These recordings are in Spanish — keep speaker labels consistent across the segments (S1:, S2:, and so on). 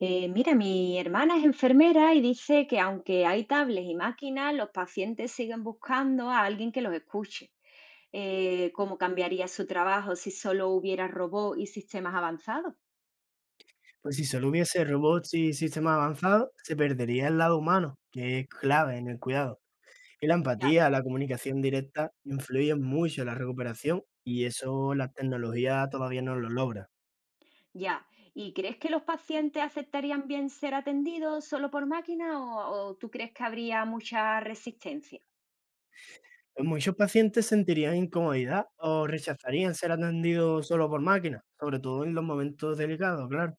S1: Mira, mi hermana es enfermera y dice que aunque hay tablets y máquinas, los pacientes siguen buscando a alguien que los escuche. ¿Cómo cambiaría su trabajo si solo hubiera robots y sistemas avanzados?
S2: Pues si solo hubiese robots y sistemas avanzados, se perdería el lado humano, que es clave en el cuidado. Y la
S1: Ya.
S2: empatía, la comunicación directa, influyen mucho en la recuperación y eso la tecnología todavía no lo logra.
S1: Ya. ¿Y crees que los pacientes aceptarían bien ser atendidos solo por máquina o tú crees que habría mucha resistencia?
S2: Pues muchos pacientes sentirían incomodidad o rechazarían ser atendidos solo por máquinas, sobre todo en los momentos delicados, claro.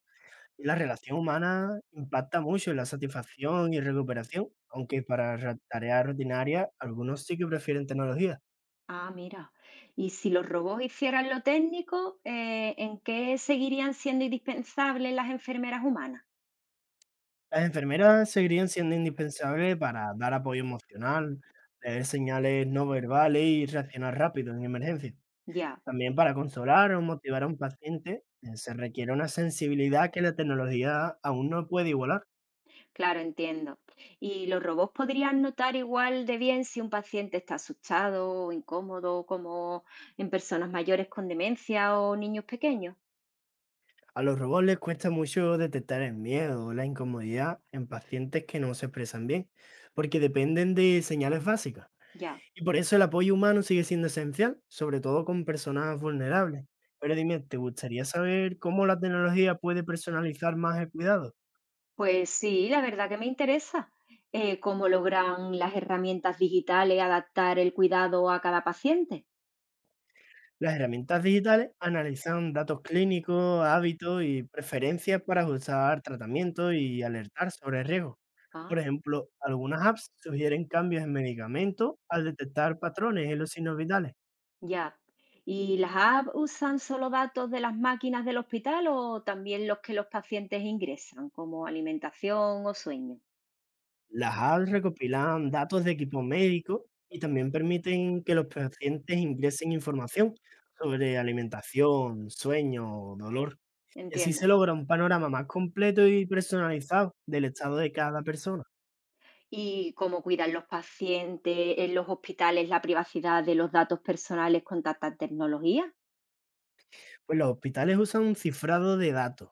S2: Y la relación humana impacta mucho en la satisfacción y recuperación, aunque para tareas rutinarias algunos sí que prefieren tecnología.
S1: Ah, mira. ¿Y si los robots hicieran lo técnico, en qué seguirían siendo indispensables las enfermeras humanas?
S2: Las enfermeras seguirían siendo indispensables para dar apoyo emocional, leer señales no verbales y reaccionar rápido en emergencia.
S1: Ya.
S2: También para consolar o motivar a un paciente se requiere una sensibilidad que la tecnología aún no puede igualar.
S1: Claro, entiendo. ¿Y los robots podrían notar igual de bien si un paciente está asustado o incómodo, como en personas mayores con demencia o niños pequeños?
S2: A los robots les cuesta mucho detectar el miedo o la incomodidad en pacientes que no se expresan bien, porque dependen de señales básicas.
S1: Ya.
S2: Y por eso el apoyo humano sigue siendo esencial, sobre todo con personas vulnerables. Pero dime, ¿te gustaría saber cómo la tecnología puede personalizar más el cuidado?
S1: Pues sí, la verdad que me interesa. ¿Cómo logran las herramientas digitales adaptar el cuidado a cada paciente?
S2: Las herramientas digitales analizan datos clínicos, hábitos y preferencias para ajustar tratamientos y alertar sobre riesgos.
S1: Ah,
S2: Por ejemplo, algunas apps sugieren cambios en medicamentos al detectar patrones en los signos vitales.
S1: ya. ¿Y las apps usan solo datos de las máquinas del hospital o también los que los pacientes ingresan, como alimentación o sueño?
S2: Las apps recopilan datos de equipos médicos y también permiten que los pacientes ingresen información sobre alimentación, sueño, dolor. Y así
S1: Entiendo.
S2: se logra un panorama más completo y personalizado del estado de cada persona.
S1: ¿Y cómo cuidan los pacientes en los hospitales la privacidad de los datos personales con tanta tecnología?
S2: Pues los hospitales usan un cifrado de datos,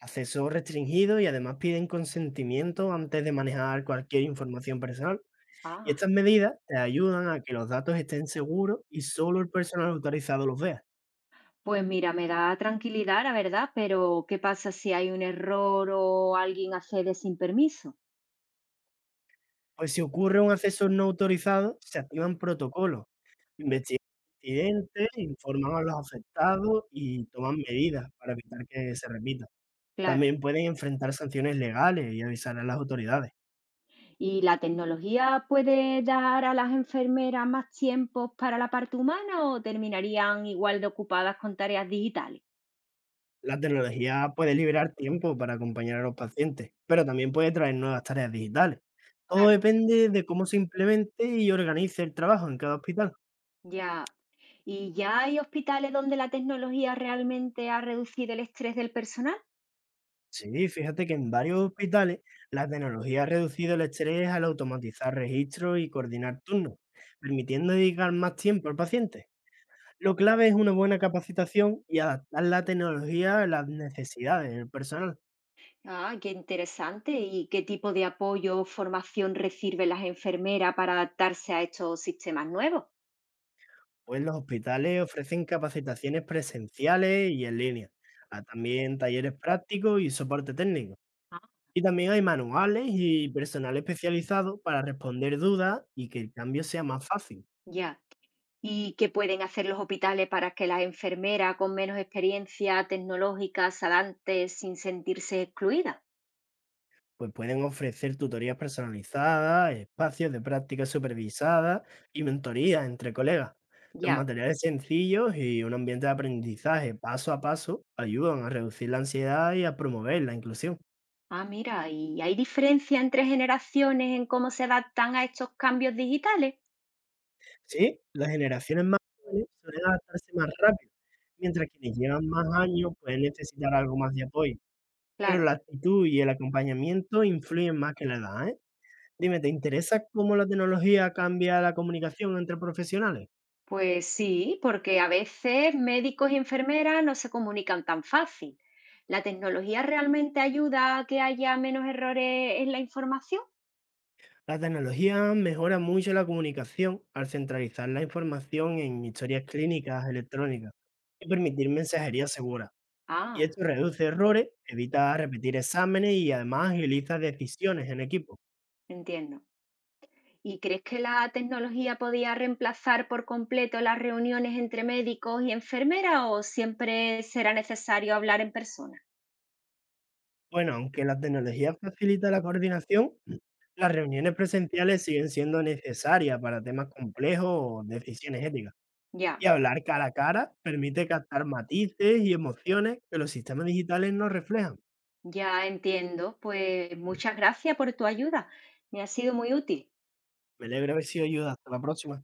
S2: acceso restringido y además piden consentimiento antes de manejar cualquier información personal. Y
S1: Ah,
S2: estas medidas te ayudan a que los datos estén seguros y solo el personal autorizado los vea.
S1: pues mira, me da tranquilidad, la verdad, pero ¿qué pasa si hay un error o alguien accede sin permiso?
S2: Pues si ocurre un acceso no autorizado, se activan protocolos, investigan el incidente, informan a los afectados y toman medidas para evitar que se repita.
S1: Claro.
S2: También pueden enfrentar sanciones legales y avisar a las autoridades.
S1: ¿Y la tecnología puede dar a las enfermeras más tiempos para la parte humana o terminarían igual de ocupadas con tareas digitales?
S2: La tecnología puede liberar tiempo para acompañar a los pacientes, pero también puede traer nuevas tareas digitales. Todo
S1: Claro.
S2: depende de cómo se implemente y organice el trabajo en cada hospital.
S1: Ya. ¿Y ya hay hospitales donde la tecnología realmente ha reducido el estrés del personal?
S2: Sí, fíjate que en varios hospitales la tecnología ha reducido el estrés al automatizar registros y coordinar turnos, permitiendo dedicar más tiempo al paciente. Lo clave es una buena capacitación y adaptar la tecnología a las necesidades del personal,
S1: Ah, qué interesante. ¿Y qué tipo de apoyo o formación reciben las enfermeras para adaptarse a estos sistemas nuevos?
S2: pues los hospitales ofrecen capacitaciones presenciales y en línea, a también talleres prácticos y soporte técnico.
S1: Ah,
S2: Y también hay manuales y personal especializado para responder dudas y que el cambio sea más fácil.
S1: ya. ¿Y qué pueden hacer los hospitales para que las enfermeras con menos experiencia tecnológica se adapten sin sentirse excluidas?
S2: Pues pueden ofrecer tutorías personalizadas, espacios de práctica supervisada y mentoría entre colegas. Los
S1: Ya.
S2: materiales sencillos y un ambiente de aprendizaje paso a paso ayudan a reducir la ansiedad y a promover la inclusión.
S1: Ah, mira, ¿y hay diferencia entre generaciones en cómo se adaptan a estos cambios digitales?
S2: Sí, las generaciones más jóvenes suelen adaptarse más rápido, mientras quienes llevan más años pueden necesitar algo más de apoyo. Pero
S1: Claro.
S2: la actitud y el acompañamiento influyen más que la edad, ¿eh? Dime, ¿te interesa cómo la tecnología cambia la comunicación entre profesionales?
S1: Pues sí, porque a veces médicos y enfermeras no se comunican tan fácil. ¿La tecnología realmente ayuda a que haya menos errores en la información?
S2: La tecnología mejora mucho la comunicación al centralizar la información en historias clínicas electrónicas y permitir mensajería segura. Y
S1: Ah,
S2: esto reduce errores, evita repetir exámenes y además agiliza decisiones en equipo.
S1: entiendo. ¿Y crees que la tecnología podía reemplazar por completo las reuniones entre médicos y enfermeras o siempre será necesario hablar en persona?
S2: Bueno, aunque la tecnología facilita la coordinación, las reuniones presenciales siguen siendo necesarias para temas complejos o decisiones éticas.
S1: Ya,
S2: Y hablar cara a cara permite captar matices y emociones que los sistemas digitales no reflejan.
S1: ya entiendo. Pues muchas gracias por tu ayuda. Me ha sido muy útil.
S2: Me alegra haber sido ayuda. Hasta la próxima.